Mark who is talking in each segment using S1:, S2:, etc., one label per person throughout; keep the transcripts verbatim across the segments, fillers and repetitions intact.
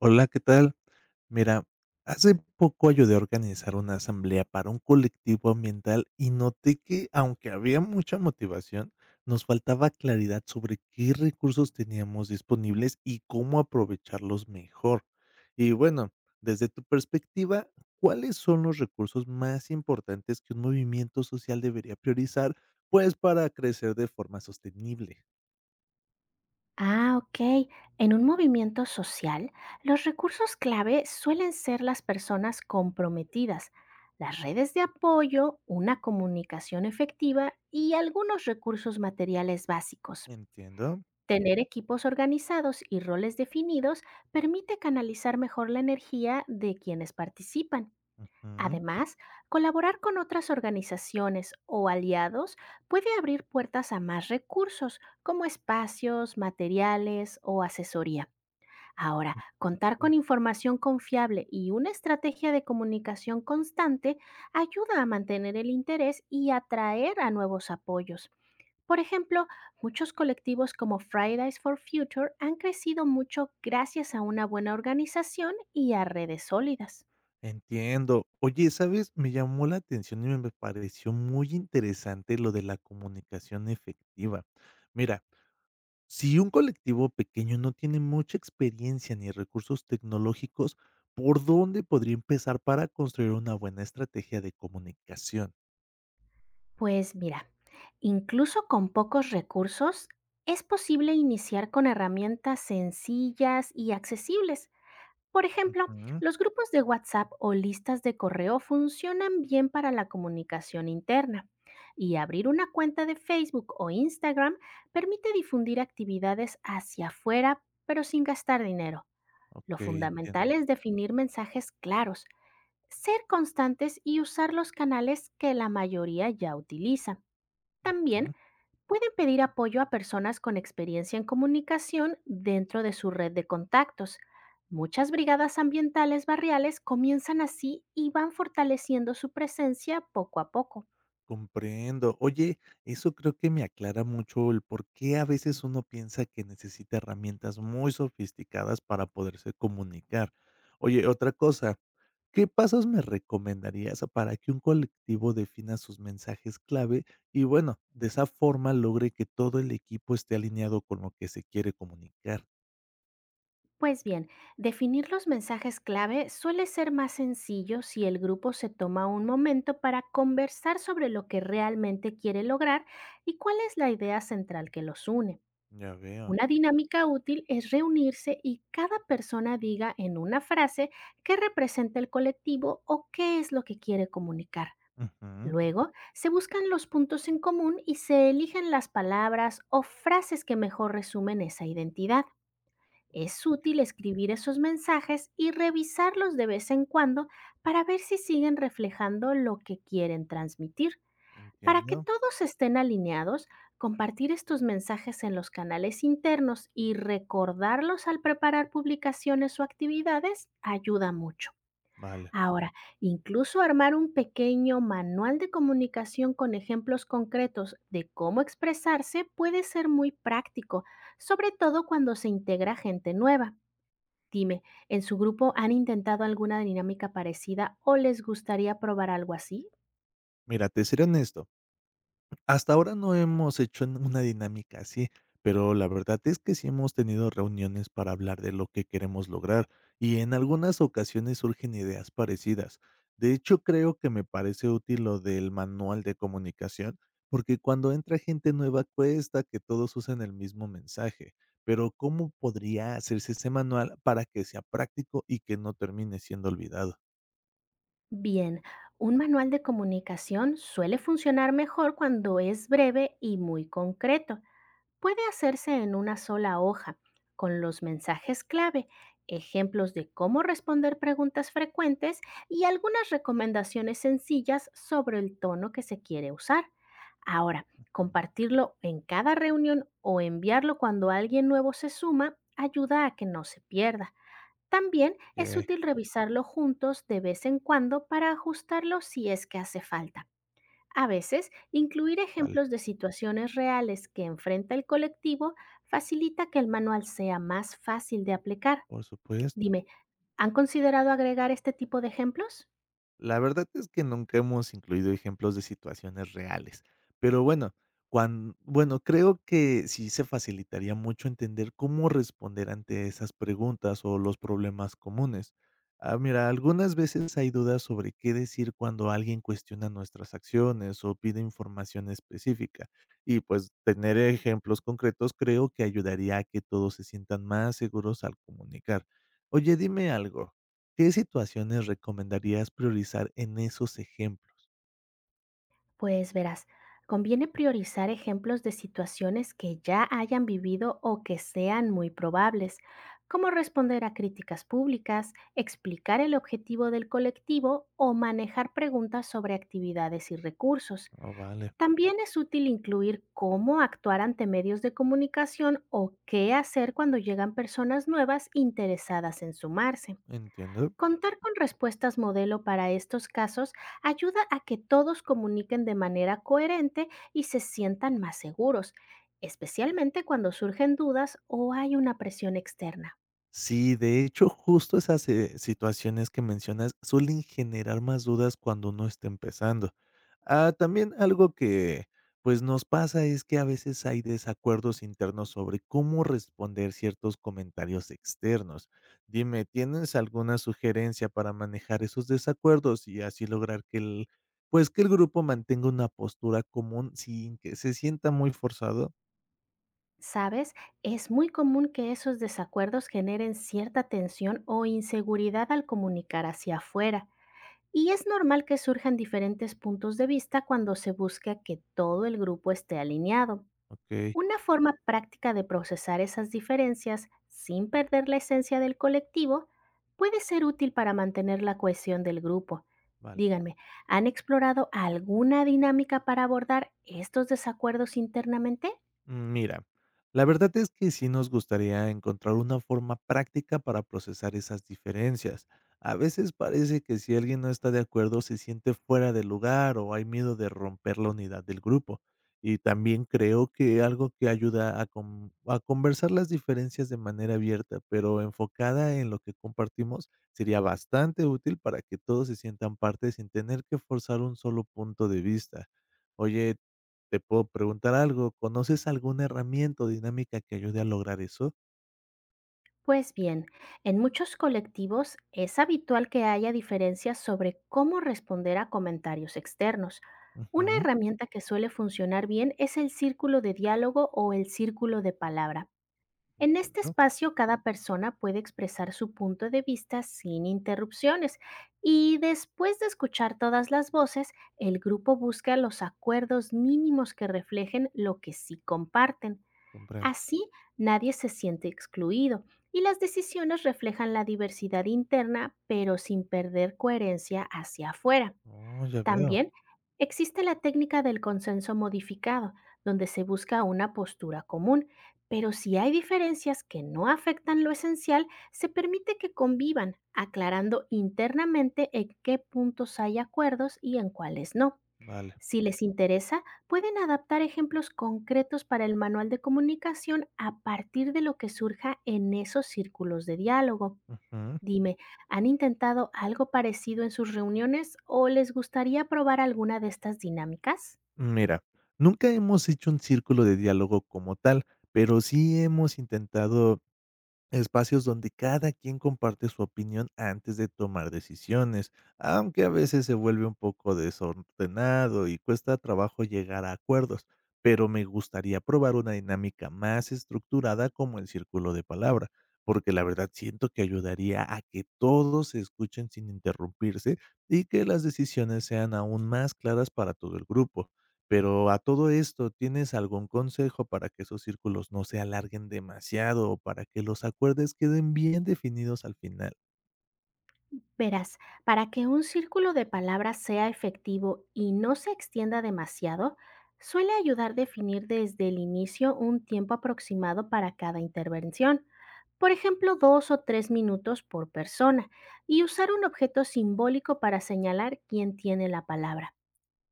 S1: Hola, ¿qué tal? Mira, hace poco ayudé a organizar una asamblea para un colectivo ambiental y noté que, aunque había mucha motivación, nos faltaba claridad sobre qué recursos teníamos disponibles y cómo aprovecharlos mejor. Y bueno, desde tu perspectiva, ¿cuáles son los recursos más importantes que un movimiento social debería priorizar, pues, para crecer de forma sostenible?
S2: Ah, ok. En un movimiento social, los recursos clave suelen ser las personas comprometidas, las redes de apoyo, una comunicación efectiva y algunos recursos materiales básicos.
S1: Entiendo.
S2: Tener equipos organizados y roles definidos permite canalizar mejor la energía de quienes participan.
S1: Ujú.
S2: Además, colaborar con otras organizaciones o aliados puede abrir puertas a más recursos, como espacios, materiales o asesoría. Ahora, contar con información confiable y una estrategia de comunicación constante ayuda a mantener el interés y atraer a nuevos apoyos. Por ejemplo, muchos colectivos como Fridays for Future han crecido mucho gracias a una buena organización y a redes sólidas.
S1: Entiendo. Oye, ¿sabes? Me llamó la atención y me pareció muy interesante lo de la comunicación efectiva. Mira, si un colectivo pequeño no tiene mucha experiencia ni recursos tecnológicos, ¿por dónde podría empezar para construir una buena estrategia de comunicación?
S2: Pues mira, incluso con pocos recursos, es posible iniciar con herramientas sencillas y accesibles. Por ejemplo,
S1: Ujú.
S2: los grupos de WhatsApp o listas de correo funcionan bien para la comunicación interna. Y abrir una cuenta de Facebook o Instagram permite difundir actividades hacia afuera, pero sin gastar dinero.
S1: Ok,
S2: Lo
S1: entiendo.
S2: fundamental es definir mensajes claros, ser constantes y usar los canales que la mayoría ya utiliza. También pueden pedir apoyo a personas con experiencia en comunicación dentro de su red de contactos. Muchas brigadas ambientales barriales comienzan así y van fortaleciendo su presencia poco a poco.
S1: Comprendo. Oye, eso creo que me aclara mucho el por qué a veces uno piensa que necesita herramientas muy sofisticadas para poderse comunicar. Oye, otra cosa, ¿qué pasos me recomendarías para que un colectivo defina sus mensajes clave y bueno, de esa forma logre que todo el equipo esté alineado con lo que se quiere comunicar?
S2: Pues bien, definir los mensajes clave suele ser más sencillo si el grupo se toma un momento para conversar sobre lo que realmente quiere lograr y cuál es la idea central que los une.
S1: Ya veo.
S2: Una dinámica útil es reunirse y cada persona diga en una frase qué representa el colectivo o qué es lo que quiere comunicar.
S1: Ujú.
S2: Luego, se buscan los puntos en común y se eligen las palabras o frases que mejor resumen esa identidad. Es útil escribir esos mensajes y revisarlos de vez en cuando para ver si siguen reflejando lo que quieren transmitir. Para que
S1: Entiendo.
S2: todos estén alineados, compartir estos mensajes en los canales internos y recordarlos al preparar publicaciones o actividades ayuda mucho.
S1: Vale.
S2: Ahora, incluso armar un pequeño manual de comunicación con ejemplos concretos de cómo expresarse puede ser muy práctico, sobre todo cuando se integra gente nueva. Dime, ¿en su grupo han intentado alguna dinámica parecida o les gustaría probar algo así?
S1: Mira, te seré honesto. Hasta ahora no hemos hecho n una dinámica así, pero la verdad es que sí hemos tenido reuniones para hablar de lo que queremos lograr, y en algunas ocasiones surgen ideas parecidas. De hecho, creo que me parece útil lo del manual de comunicación, porque cuando entra gente nueva cuesta que todos usen el mismo mensaje, pero ¿cómo podría hacerse ese manual para que sea práctico y que no termine siendo olvidado?
S2: Bien, un manual de comunicación suele funcionar mejor cuando es breve y muy concreto. Puede hacerse en una sola hoja, con los mensajes clave, ejemplos de cómo responder preguntas frecuentes y algunas recomendaciones sencillas sobre el tono que se quiere usar. Ahora, compartirlo en cada reunión o enviarlo cuando alguien nuevo se suma ayuda a que no se pierda. También es
S1: Okey,
S2: útil revisarlo juntos de vez en cuando para ajustarlo si es que hace falta. A veces, incluir
S1: vale,
S2: ejemplos de situaciones reales que enfrenta el colectivo facilita que el manual sea más fácil de aplicar.
S1: por supuesto.
S2: Dime, ¿han considerado agregar este tipo de ejemplos?
S1: La verdad es que nunca hemos incluido ejemplos de situaciones reales, pero bueno, cuan bueno, creo que sí se facilitaría mucho entender cómo responder ante esas preguntas o los problemas comunes. Ah, mira, algunas veces hay dudas sobre qué decir cuando alguien cuestiona nuestras acciones o pide información específica, y pues tener ejemplos concretos creo que ayudaría a que todos se sientan más seguros al comunicar. Oye, dime algo, ¿qué situaciones recomendarías priorizar en esos ejemplos?
S2: Pues verás, conviene priorizar ejemplos de situaciones que ya hayan vivido o que sean muy probables, como responder a críticas públicas, explicar el objetivo del colectivo o manejar preguntas sobre actividades y recursos.
S1: Ah, vale,
S2: También es útil incluir cómo actuar ante medios de comunicación o qué hacer cuando llegan personas nuevas interesadas en sumarse.
S1: entiendo.
S2: Contar con respuestas modelo para estos casos ayuda a que todos comuniquen de manera coherente y se sientan más seguros, especialmente cuando surgen dudas o hay una presión externa.
S1: Sí, de hecho, justo esas, eh, situaciones que mencionas suelen generar más dudas cuando uno está empezando. Ah, también algo que, pues, nos pasa es que a veces hay desacuerdos internos sobre cómo responder ciertos comentarios externos. Dime, ¿tienes alguna sugerencia para manejar esos desacuerdos y así lograr que el, pues, que el grupo mantenga una postura común sin que se sienta muy forzado?
S2: Sabes, es muy común que esos desacuerdos generen cierta tensión o inseguridad al comunicar hacia afuera, y es normal que surjan diferentes puntos de vista cuando se busca que todo el grupo esté alineado.
S1: Okey,
S2: Una forma práctica de procesar esas diferencias sin perder la esencia del colectivo puede ser útil para mantener la cohesión del grupo.
S1: vale.
S2: Díganme, ¿han explorado alguna dinámica para abordar estos desacuerdos internamente?
S1: Mm, Mira, la verdad es que sí nos gustaría encontrar una forma práctica para procesar esas diferencias. A veces parece que si alguien no está de acuerdo se siente fuera de lugar o hay miedo de romper la unidad del grupo. Y también creo que algo que ayuda a, con- a conversar las diferencias de manera abierta, pero enfocada en lo que compartimos, sería bastante útil para que todos se sientan parte sin tener que forzar un solo punto de vista. Oye, te puedo preguntar algo, ¿conoces alguna herramienta o dinámica que ayude a lograr eso?
S2: Pues bien, en muchos colectivos es habitual que haya diferencias sobre cómo responder a comentarios externos. Una
S1: Ujú,
S2: herramienta que suele funcionar bien es el círculo de diálogo o el círculo de palabra. En este
S1: entiendo,
S2: espacio, cada persona puede expresar su punto de vista sin interrupciones y después de escuchar todas las voces, el grupo busca los acuerdos mínimos que reflejen lo que sí comparten.
S1: comprendo.
S2: Así, nadie se siente excluido y las decisiones reflejan la diversidad interna, pero sin perder coherencia hacia afuera.
S1: Oh, ya veo,
S2: También existe la técnica del consenso modificado, donde se busca una postura común, pero si hay diferencias que no afectan lo esencial, se permite que convivan, aclarando internamente en qué puntos hay acuerdos y en cuáles no.
S1: vale.
S2: Si les interesa, pueden adaptar ejemplos concretos para el manual de comunicación a partir de lo que surja en esos círculos de diálogo.
S1: Ujú.
S2: Dime, ¿han intentado algo parecido en sus reuniones o les gustaría probar alguna de estas dinámicas?
S1: Mira, nunca hemos hecho un círculo de diálogo como tal, pero sí hemos intentado espacios donde cada quien comparte su opinión antes de tomar decisiones, aunque a veces se vuelve un poco desordenado y cuesta trabajo llegar a acuerdos, pero me gustaría probar una dinámica más estructurada como el círculo de palabra, porque la verdad siento que ayudaría a que todos se escuchen sin interrumpirse y que las decisiones sean aún más claras para todo el grupo. Pero a todo esto, ¿tienes algún consejo para que esos círculos no se alarguen demasiado o para que los acuerdos queden bien definidos al final?
S2: Verás, para que un círculo de palabras sea efectivo y no se extienda demasiado, suele ayudar definir desde el inicio un tiempo aproximado para cada intervención, por ejemplo, dos o tres minutos por persona, y usar un objeto simbólico para señalar quién tiene la palabra.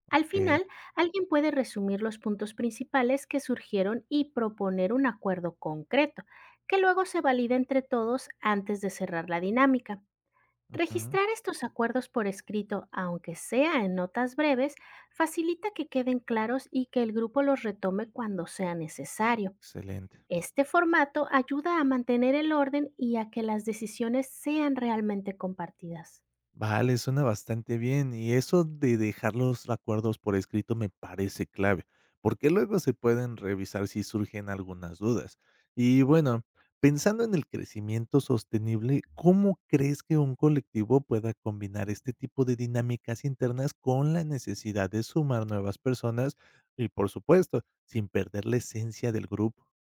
S2: Al
S1: Okey,
S2: final, alguien puede resumir los puntos principales que surgieron y proponer un acuerdo concreto, que luego se valida entre todos antes de cerrar la dinámica.
S1: ujú,
S2: Registrar estos acuerdos por escrito, aunque sea en notas breves, facilita que queden claros y que el grupo los retome cuando sea necesario.
S1: excelente.
S2: Este formato ayuda a mantener el orden y a que las decisiones sean realmente compartidas.
S1: Vale, suena bastante bien. Y eso de dejar los acuerdos por escrito me parece clave, porque luego se pueden revisar si surgen algunas dudas. Y bueno, pensando en el crecimiento sostenible, ¿cómo crees que un colectivo pueda combinar este tipo de dinámicas internas con la necesidad de sumar nuevas personas y, por supuesto, sin perder la esencia del grupo?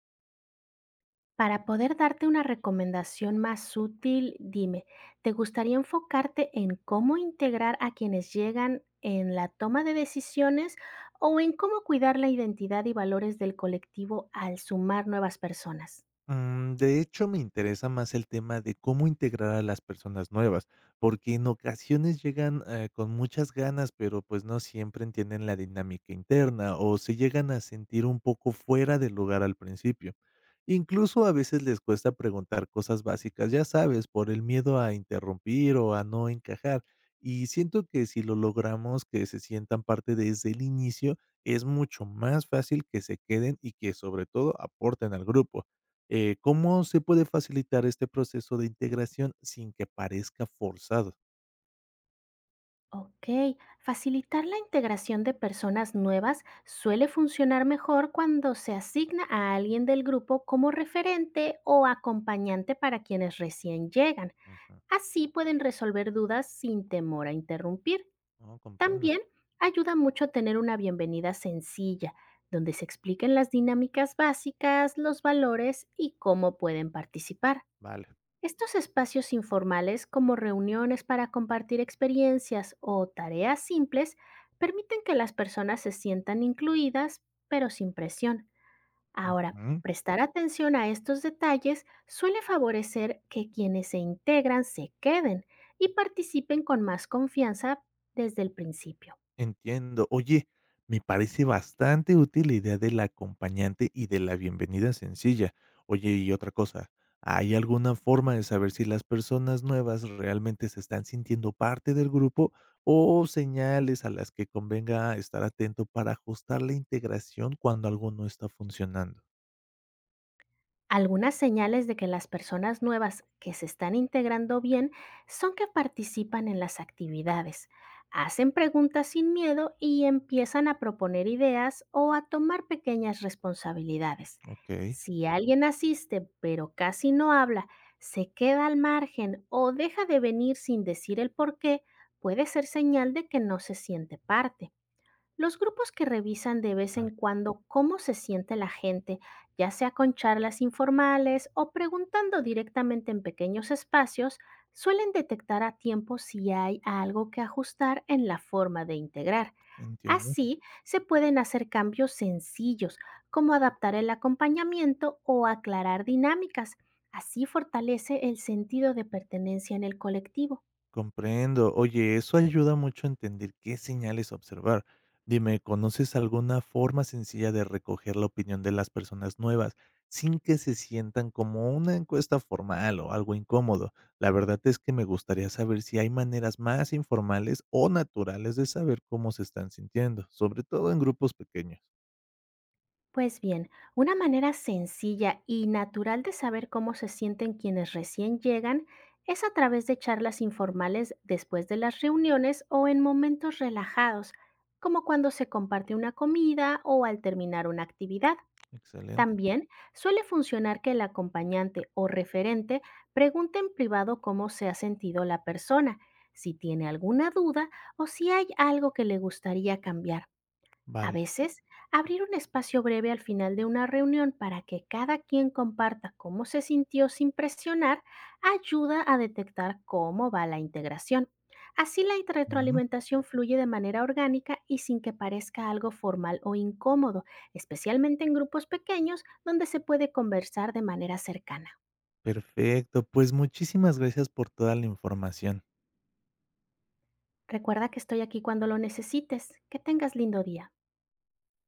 S2: Para poder darte una recomendación más útil, dime, ¿te gustaría enfocarte en cómo integrar a quienes llegan en la toma de decisiones o en cómo cuidar la identidad y valores del colectivo al sumar nuevas personas?
S1: Mm, de hecho, me interesa más el tema de cómo integrar a las personas nuevas, porque en ocasiones llegan eh, con muchas ganas, pero pues no siempre entienden la dinámica interna o se llegan a sentir un poco fuera del lugar al principio. Incluso a veces les cuesta preguntar cosas básicas, ya sabes, por el miedo a interrumpir o a no encajar. Y siento que si lo logramos, que se sientan parte desde el inicio, es mucho más fácil que se queden y que sobre todo aporten al grupo. Eh, ¿cómo se puede facilitar este proceso de integración sin que parezca forzado?
S2: Ok, facilitar la integración de personas nuevas suele funcionar mejor cuando se asigna a alguien del grupo como referente o acompañante para quienes recién llegan.
S1: Ujú.
S2: Así pueden resolver dudas sin temor a interrumpir.
S1: Oh, comprendo.
S2: También ayuda mucho tener una bienvenida sencilla, donde se expliquen las dinámicas básicas, los valores y cómo pueden participar.
S1: Vale.
S2: Estos espacios informales, como reuniones para compartir experiencias o tareas simples, permiten que las personas se sientan incluidas, pero sin presión. Ahora,
S1: Ujú.
S2: prestar atención a estos detalles suele favorecer que quienes se integran se queden y participen con más confianza desde el principio.
S1: Entiendo. Oye, me parece bastante útil la idea del acompañante y de la bienvenida sencilla. Oye, y otra cosa, ¿hay alguna forma de saber si las personas nuevas realmente se están sintiendo parte del grupo o señales a las que convenga estar atento para ajustar la integración cuando algo no está funcionando?
S2: Algunas señales de que las personas nuevas que se están integrando bien son que participan en las actividades, hacen preguntas sin miedo y empiezan a proponer ideas o a tomar pequeñas responsabilidades.
S1: Ok.
S2: Si alguien asiste pero casi no habla, se queda al margen o deja de venir sin decir el por qué, puede ser señal de que no se siente parte. Los grupos que revisan de vez en cuando cómo se siente la gente, ya sea con charlas informales o preguntando directamente en pequeños espacios, suelen detectar a tiempo si hay algo que ajustar en la forma de integrar.
S1: Entiendo,
S2: Así, se pueden hacer cambios sencillos, como adaptar el acompañamiento o aclarar dinámicas. Así fortalece el sentido de pertenencia en el colectivo.
S1: comprendo. Oye, eso ayuda mucho a entender qué señales observar. Dime, ¿conoces alguna forma sencilla de recoger la opinión de las personas nuevas sin que se sientan como una encuesta formal o algo incómodo? La verdad es que me gustaría saber si hay maneras más informales o naturales de saber cómo se están sintiendo, sobre todo en grupos pequeños.
S2: Pues bien, una manera sencilla y natural de saber cómo se sienten quienes recién llegan es a través de charlas informales después de las reuniones o en momentos relajados, como cuando se comparte una comida o al terminar una actividad.
S1: Excelente.
S2: También suele funcionar que el acompañante o referente pregunte en privado cómo se ha sentido la persona, si tiene alguna duda o si hay algo que le gustaría cambiar. A
S1: Vale.
S2: veces, abrir un espacio breve al final de una reunión para que cada quien comparta cómo se sintió sin presionar ayuda a detectar cómo va la integración. Así la
S1: Ujú.
S2: retroalimentación fluye de manera orgánica y sin que parezca algo formal o incómodo, especialmente en grupos pequeños donde se puede conversar de manera cercana.
S1: Perfecto. Pues muchísimas gracias por toda la información.
S2: Recuerda que estoy aquí cuando lo necesites. Que tengas lindo día.